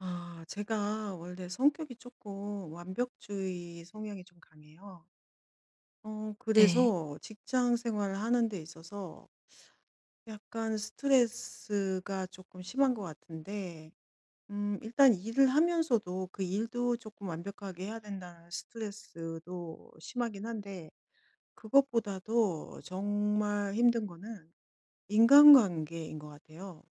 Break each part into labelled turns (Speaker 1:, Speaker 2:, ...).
Speaker 1: 제가 원래 성격이 조금 완벽주의 성향이 좀 강해요.
Speaker 2: 네.
Speaker 1: 그래서 직장 생활을 하는 데 있어서 약간 스트레스가 조금 심한 것 같은데, 일단 일을 하면서도 그 일도 조금 완벽하게 해야 된다는 스트레스도 심하긴 한데, 그것보다도 정말 힘든 거는 인간관계인 것 같아요.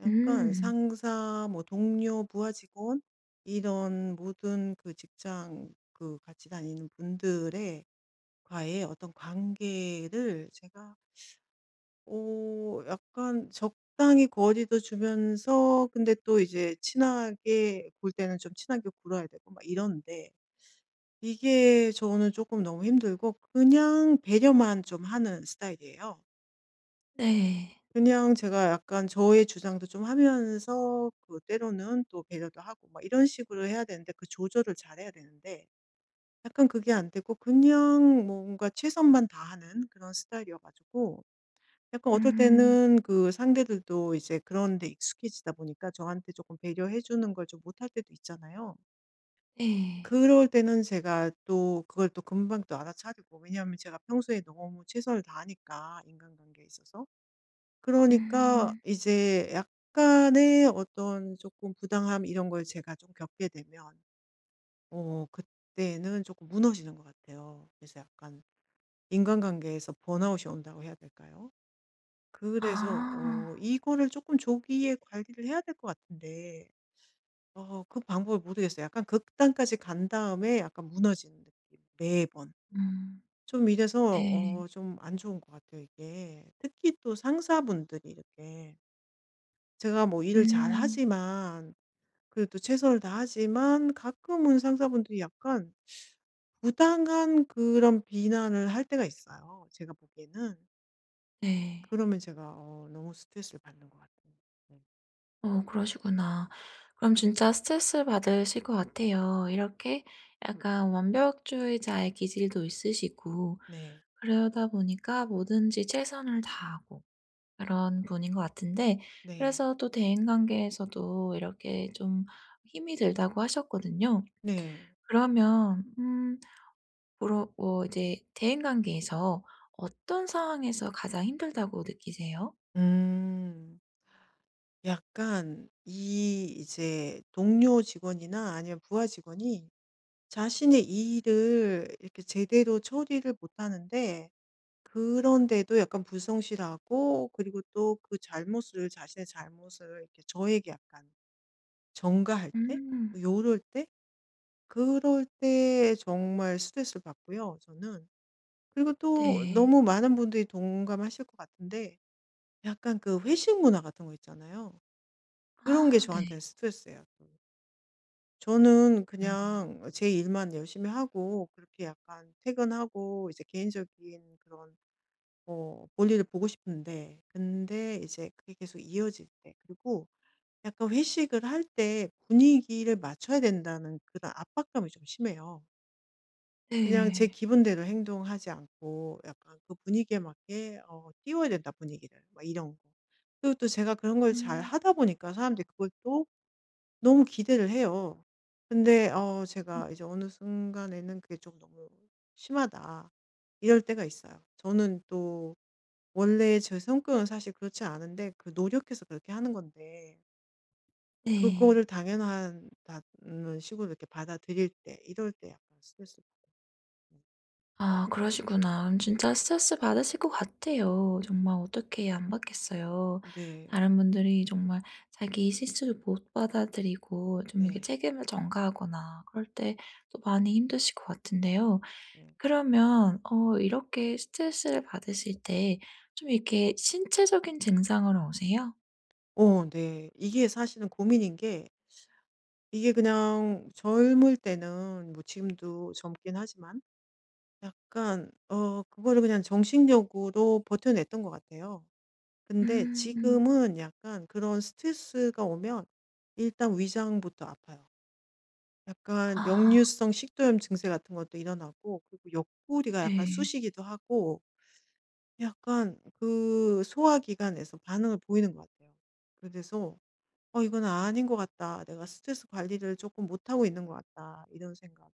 Speaker 1: 약간
Speaker 2: 음.
Speaker 1: 상사, 뭐 동료, 부하 직원, 이런 모든 그 직장 그 같이 다니는 분들의 과의 어떤 관계를 제가 약간 적당히 거리도 주면서, 근데 또 이제 친하게 굴 때는 좀 친하게 굴어야 되고 막 이런데, 이게 저는 조금 너무 힘들고 그냥 배려만 좀 하는 스타일이에요.
Speaker 2: 네.
Speaker 1: 그냥 제가 약간 저의 주장도 좀 하면서, 그 때로는 또 배려도 하고 막 이런 식으로 해야 되는데, 그 조절을 잘해야 되는데, 약간 그게 안 되고 그냥 뭔가 최선만 다하는 그런 스타일이어 가지고, 약간 어떨
Speaker 2: 음.
Speaker 1: 때는 그 상대들도 이제 그런 데 익숙해지다 보니까 저한테 조금 배려해 주는 걸 좀 못할 때도 있잖아요.
Speaker 2: 네.
Speaker 1: 그럴 때는 제가 또 그걸 또 금방 또 알아차리고, 왜냐하면 제가 평소에 너무 최선을 다하니까, 인간관계에 있어서. 그러니까
Speaker 2: 음.
Speaker 1: 이제 약간의 어떤 조금 부당함 이런 걸 제가 좀 겪게 되면 그때는 조금 무너지는 것 같아요. 그래서 약간 인간관계에서 번아웃이 온다고 해야 될까요? 그래서
Speaker 2: 아.
Speaker 1: 이거를 조금 조기에 관리를 해야 될 것 같은데 그 방법을 모르겠어요. 약간 극단까지 간 다음에 약간 무너지는 느낌 매번.
Speaker 2: 음.
Speaker 1: 좀 이래서
Speaker 2: 네.
Speaker 1: 좀 안 좋은 것 같아요 이게. 특히 또 상사분들이 이렇게 제가 뭐 일을
Speaker 2: 음.
Speaker 1: 잘하지만, 그래도 최선을 다하지만, 가끔은 상사분들이 약간 부당한 그런 비난을 할 때가 있어요, 제가 보기에는.
Speaker 2: 네.
Speaker 1: 그러면 제가 너무 스트레스를 받는 것 같아요. 네.
Speaker 2: 그러시구나. 그럼 진짜 스트레스 받으실 것 같아요. 이렇게 약간 완벽주의자의 기질도 있으시고
Speaker 1: 네.
Speaker 2: 그러다 보니까 뭐든지 최선을 다하고 그런 분인 것 같은데
Speaker 1: 네.
Speaker 2: 그래서 또 대인 관계에서도 이렇게 좀 힘이 들다고 하셨거든요.
Speaker 1: 네.
Speaker 2: 그러면 뭐로 뭐 이제 대인 관계에서 어떤 상황에서 가장 힘들다고 느끼세요?
Speaker 1: 음. 약간 이 이제 동료 직원이나 아니면 부하 직원이 자신의 일을 이렇게 제대로 처리를 못 하는데, 그런데도 약간 불성실하고, 그리고 또 그 잘못을, 자신의 잘못을 이렇게 저에게 약간 전가할 때,
Speaker 2: 음.
Speaker 1: 뭐 요럴 때, 그럴 때 정말 스트레스를 받고요, 저는. 그리고 또
Speaker 2: 네.
Speaker 1: 너무 많은 분들이 동감하실 것 같은데, 약간 그 회식 문화 같은 거 있잖아요. 그런 게
Speaker 2: 아 네.
Speaker 1: 저한테는 스트레스예요. 또. 저는
Speaker 2: 음.
Speaker 1: 그냥 제 일만 열심히 하고 그렇게 약간 퇴근하고 이제 개인적인 그런 볼일을 보고 싶은데, 근데 이제 그게 계속 이어질 때, 그리고 약간 회식을 할 때 분위기를 맞춰야 된다는 그런 압박감이 좀 심해요. 그냥 제
Speaker 2: 네.
Speaker 1: 기분대로 행동하지 않고 약간 그 분위기에 맞게 띄워야 된다, 분위기를. 막 이런 거. 그리고 또 제가 그런 걸
Speaker 2: 음.
Speaker 1: 잘하다 보니까 사람들이 그걸 또 너무 기대를 해요. 근데 제가 이제 어느 순간에는 그게 좀 너무 심하다 이럴 때가 있어요. 저는 또 원래 제 성격은 사실 그렇지 않은데, 그 노력해서 그렇게 하는 건데,
Speaker 2: 네.
Speaker 1: 그거를 당연하다는 식으로 이렇게 받아들일 때, 이럴 때 약간 스트레스를 받는.
Speaker 2: 아 그러시구나. 그럼 진짜 스트레스 받으실 것 같아요. 정말 어떻게 해야 안 받겠어요.
Speaker 1: 네.
Speaker 2: 다른 분들이 정말 자기 실수를 못 받아들이고 좀 이렇게
Speaker 1: 네.
Speaker 2: 책임을 전가하거나 그럴 때 또 많이 힘드실 것 같은데요.
Speaker 1: 네.
Speaker 2: 그러면 이렇게 스트레스를 받으실 때 좀 이렇게 신체적인 증상으로 오세요?
Speaker 1: 네. 이게 사실은 고민인 게, 이게 그냥 젊을 때는, 뭐 지금도 젊긴 하지만, 약간 그거를 그냥 정신력으로 버텨냈던 것 같아요. 근데
Speaker 2: 음.
Speaker 1: 지금은 약간 그런 스트레스가 오면 일단 위장부터 아파요. 약간
Speaker 2: 아
Speaker 1: 역류성 식도염 증세 같은 것도 일어나고, 그리고 옆구리가 약간
Speaker 2: 네.
Speaker 1: 쑤시기도 하고, 약간 그 소화기관에서 반응을 보이는 것 같아요. 그래서 이건 아닌 것 같다. 내가 스트레스 관리를 조금 못하고 있는 것 같다.' 이런 생각이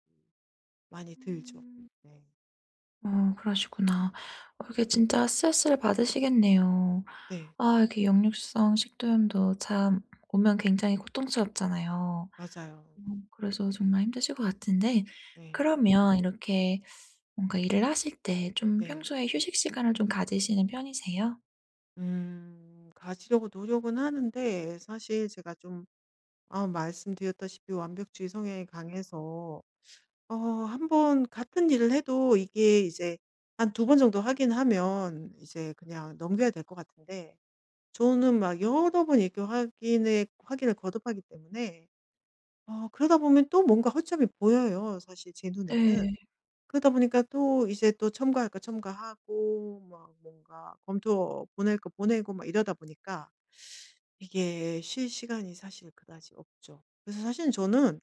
Speaker 1: 많이 들죠.
Speaker 2: 음.
Speaker 1: 네.
Speaker 2: 그러시구나. 이게 진짜 스트레스를 받으시겠네요.
Speaker 1: 네.
Speaker 2: 아 이렇게 역류성 식도염도 참 오면 굉장히 고통스럽잖아요.
Speaker 1: 맞아요.
Speaker 2: 음. 그래서 정말 힘드실 것 같은데
Speaker 1: 네.
Speaker 2: 그러면 이렇게 뭔가 일을 하실 때 좀
Speaker 1: 네.
Speaker 2: 평소에 휴식 시간을 좀 가지시는 편이세요?
Speaker 1: 음. 가지려고 노력은 하는데, 사실 제가 좀, 말씀드렸다시피 완벽주의 성향이 강해서, 어번 같은 일을 해도 이게 이제 한 두 번 정도 하긴 하면 이제 그냥 넘겨야 될 것 같은데, 저는 막 여러 번 이렇게 확인에 확인을 거듭하기 때문에 그러다 보면 또 뭔가 허점이 보여요 사실 제 눈에는.
Speaker 2: 네.
Speaker 1: 그러다 보니까 또 이제 또 첨가할 거 첨가하고 막 뭔가 검토 보낼 거 보내고 막 이러다 보니까 이게 쉴 시간이 사실 그다지 없죠. 그래서 사실 저는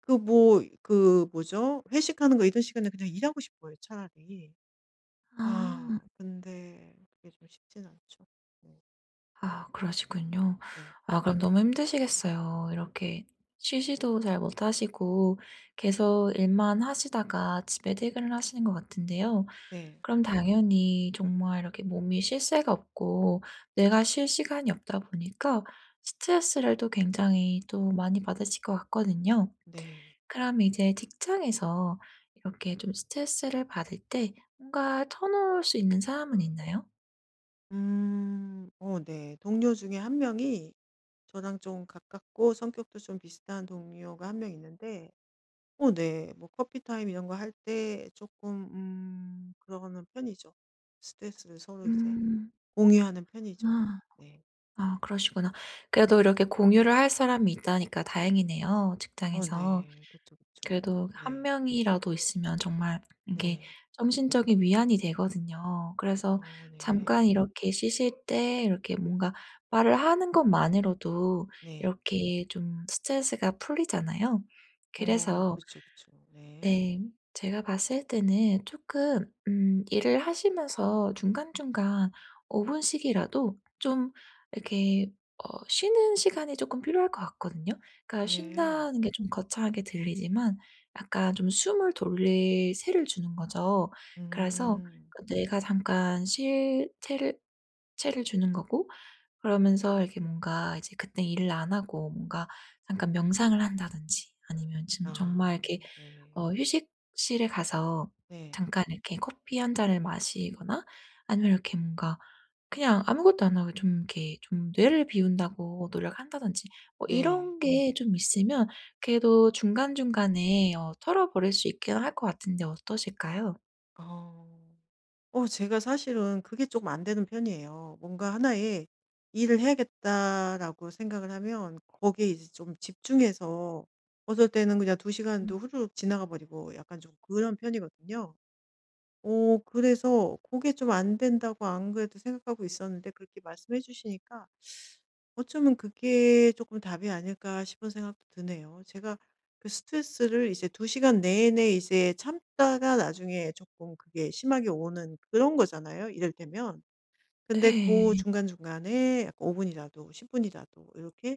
Speaker 1: 그 뭐 그 뭐죠? 회식하는 거 이런 시간에 그냥 일하고 싶어요 차라리.
Speaker 2: 아.
Speaker 1: 아 근데 그게 좀 쉽진 않죠. 네.
Speaker 2: 아 그러시군요.
Speaker 1: 네.
Speaker 2: 아 그럼 너무 힘드시겠어요. 이렇게 쉬지도 잘 못하시고 계속 일만 하시다가 집에 퇴근을 하시는 것 같은데요.
Speaker 1: 네.
Speaker 2: 그럼 당연히 정말 이렇게 몸이 쉴 새가 없고 내가 쉴 시간이 없다 보니까 스트레스를 또 굉장히 또 많이 받으실 것 같거든요.
Speaker 1: 네.
Speaker 2: 그럼 이제 직장에서 이렇게 좀 스트레스를 받을 때 뭔가 터놓을 수 있는 사람은 있나요?
Speaker 1: 음. 네. 동료 중에 한 명이, 저랑 좀 가깝고 성격도 좀 비슷한 동료가 한 명 있는데, 네. 뭐 커피 타임 이런 거 할 때 조금, 그러는 편이죠. 스트레스를 서로 이제
Speaker 2: 음.
Speaker 1: 공유하는 편이죠.
Speaker 2: 아.
Speaker 1: 네.
Speaker 2: 아 그러시구나. 그래도 이렇게 공유를 할 사람이 있다니까 다행이네요, 직장에서.
Speaker 1: 네. 그쵸, 그쵸.
Speaker 2: 그래도 한
Speaker 1: 네.
Speaker 2: 명이라도 있으면 정말 이게
Speaker 1: 네.
Speaker 2: 정신적인 위안이 되거든요. 그래서
Speaker 1: 네.
Speaker 2: 잠깐 이렇게 쉬실 때 이렇게 뭔가 말을 하는 것만으로도
Speaker 1: 네.
Speaker 2: 이렇게 좀 스트레스가 풀리잖아요. 그래서
Speaker 1: 그쵸, 그쵸. 네.
Speaker 2: 네. 제가 봤을 때는 조금 일을 하시면서 중간중간 5 분씩이라도 좀 이렇게 쉬는 시간이 조금 필요할 것 같거든요. 그러니까
Speaker 1: 네.
Speaker 2: 쉰다는 게 좀 거창하게 들리지만 약간 좀 숨을 돌릴 새를 주는 거죠. 그래서
Speaker 1: 음.
Speaker 2: 내가 잠깐 쉴 새를 를 주는 거고 그러면서 이렇게 뭔가 이제 그때 일을 안 하고 뭔가 잠깐 명상을 한다든지 아니면 지금 정말
Speaker 1: 아
Speaker 2: 이렇게
Speaker 1: 네.
Speaker 2: 휴식실에 가서
Speaker 1: 네.
Speaker 2: 잠깐 이렇게 커피 한 잔을 마시거나 아니면 이렇게 뭔가 그냥 아무것도 안 하고 좀 이렇게 좀 뇌를 비운다고 노력한다든지 뭐
Speaker 1: 네.
Speaker 2: 이런 게 좀 있으면 그래도 중간중간에 털어버릴 수 있긴 할 것 같은데 어떠실까요?
Speaker 1: 어. 제가 사실은 그게 조금 안 되는 편이에요. 뭔가 하나의 '일을 해야겠다.'라고 생각을 하면 거기에 이제 좀 집중해서 어떨 때는 그냥 두 시간도
Speaker 2: 음.
Speaker 1: 후루룩 지나가 버리고 약간 좀 그런 편이거든요. 오, 그래서 그게 좀 안 된다고 안 그래도 생각하고 있었는데, 그렇게 말씀해 주시니까 어쩌면 그게 조금 답이 아닐까 싶은 생각도 드네요, 제가. 그 스트레스를 이제 2시간 내내 이제 참다가 나중에 조금 그게 심하게 오는 그런 거잖아요, 이를테면. 근데 그
Speaker 2: 네.
Speaker 1: 중간중간에 약간 5분 분이라도 10분 분이라도 이렇게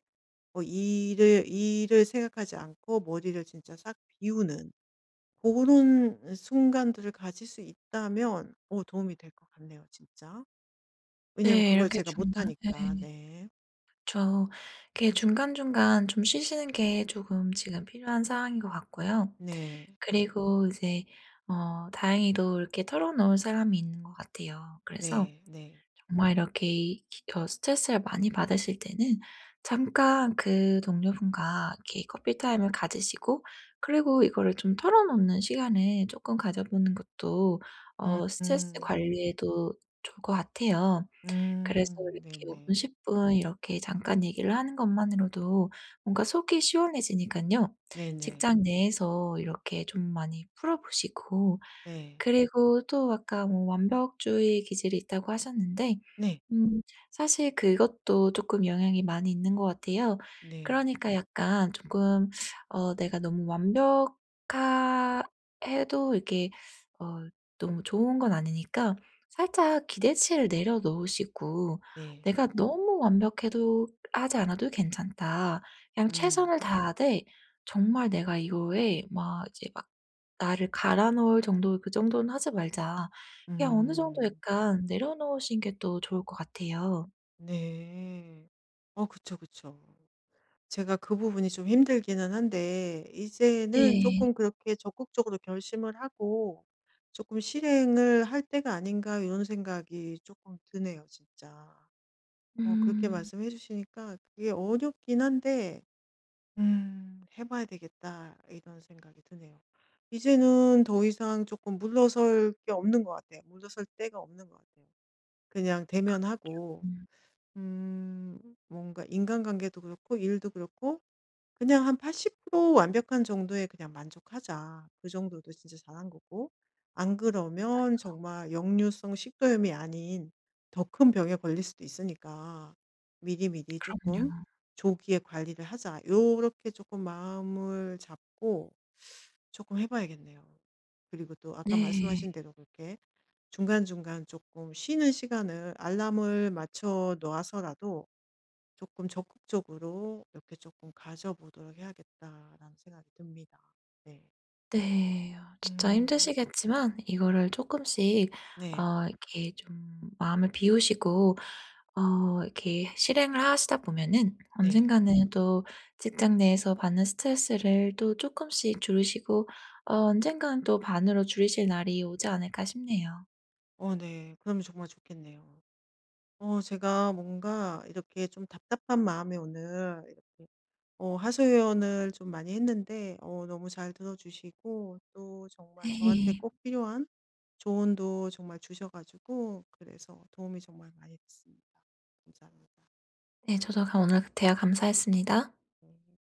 Speaker 1: 뭐 일을 생각하지 않고 머리를 진짜 싹 비우는 그런 순간들을 가질 수 있다면 도움이 될 것 같네요, 진짜. 왜냐면
Speaker 2: 네.
Speaker 1: 그걸
Speaker 2: 이렇게
Speaker 1: 제가 못
Speaker 2: 중간 에
Speaker 1: 하니까. 네.
Speaker 2: 그쵸. 이렇게 중간중간 좀 쉬시는 게 조금 지금 필요한 상황인 것 같고요.
Speaker 1: 네.
Speaker 2: 그리고 이제 다행히도 이렇게 털어놓을 사람이 있는 것 같아요. 그래서
Speaker 1: 네. 네.
Speaker 2: 정말 이렇게 이 어 스트레스를 많이 받으실 때는 잠깐 그 동료분과 이렇게 커피 타임을 가지시고 그리고 이거를 좀 털어놓는 시간을 조금 가져보는 것도
Speaker 1: 음.
Speaker 2: 스트레스
Speaker 1: 음.
Speaker 2: 관리에도 좋을 것 같아요. 그래서 이렇게 5 분,
Speaker 1: 네네.
Speaker 2: 10분 이렇게 잠깐 얘기를 하는 것만으로도 뭔가 속이 시원해지니까요
Speaker 1: 네네.
Speaker 2: 직장 내에서 이렇게 좀 많이 풀어 보시고
Speaker 1: 네.
Speaker 2: 그리고 또 아까 뭐 완벽주의 기질이 있다고 하셨는데
Speaker 1: 네.
Speaker 2: 음 사실 그것도 쪼끔 영향이 많이 있는 것 같아요.
Speaker 1: 네.
Speaker 2: 그러니까 약간 쪼끔 내가 너무 완벽하 해도 이렇게 어 너무 좋은 건 아니니까 살짝 기대치를 내려놓으시고
Speaker 1: 네.
Speaker 2: '내가 너무 완벽해도 하지 않아도 괜찮다. 그냥
Speaker 1: 음.
Speaker 2: 최선을 다하되 정말 내가 이거에 막 이제 막 나를 갈아 넣을 정도 그 정도는 하지 말자. 그냥 어느 정도
Speaker 1: 음.
Speaker 2: 약간 내려놓으신 게 또 좋을 것 같아요.'
Speaker 1: 네. 그쵸, 그쵸. 제가 그 부분이 좀 힘들기는 한데, 이제는
Speaker 2: 네.
Speaker 1: 조금 그렇게 적극적으로 결심을 하고 조금 '실행을 할 때가 아닌가.' 이런 생각이 조금 드네요 진짜. 그렇게
Speaker 2: 음.
Speaker 1: 말씀해 주시니까 그게 어렵긴 한데, '해 봐야 되겠다.' 이런 생각이 드네요. 이제는 더 이상 조금 물러설 게 없는 것 같아요. 물러설 때가 없는 것 같아요. 그냥 대면하고,
Speaker 2: 음
Speaker 1: 음 뭔가 인간관계도 그렇고 일도 그렇고 그냥 한 80% 완벽한 정도에 그냥 만족하자. 그 정도도 진짜 잘한 거고. 안 그러면 정말 역류성 식도염이 아닌 더 큰 병에 걸릴 수도 있으니까 미리미리
Speaker 2: 그럼요.
Speaker 1: 조금 조기에 관리를 하자. 요렇게 조금 마음을 잡고 조금 해 봐야겠네요. 그리고 또 아까
Speaker 2: 네.
Speaker 1: 말씀하신 대로 그렇게 중간중간 조금 쉬는 시간을 알람을 맞춰 놓아서라도 조금 적극적으로 이렇게 조금 가져보도록 해야겠다라는 생각이 듭니다. 네.
Speaker 2: 네. 진짜
Speaker 1: 음.
Speaker 2: 힘드시겠지만 이거를 쪼끔씩
Speaker 1: 네.
Speaker 2: 이렇게 좀 마음을 비우시고 이렇게 실행을 하시다 보면은
Speaker 1: 네.
Speaker 2: 언젠가는 또 직장 내에서 받는 스트레스를 또 쪼끔씩 줄이시고 언젠가는 또 반으로 줄이실 날이 오지 않을까 싶네요.
Speaker 1: 네. 그러면 정말 좋겠네요. 제가 뭔가 이렇게 좀 답답한 마음에 오늘 이렇게 하소연을 좀 많이 했는데, 너무 잘 들어 주시고 또 정말 저한테
Speaker 2: 네.
Speaker 1: 꼭 필요한 조언도 정말 주셔 가지고, 그래서 도움이 정말 많이 됐습니다. 감사합니다.
Speaker 2: 네, 저도 오늘 대화 감사했습니다.
Speaker 1: 네.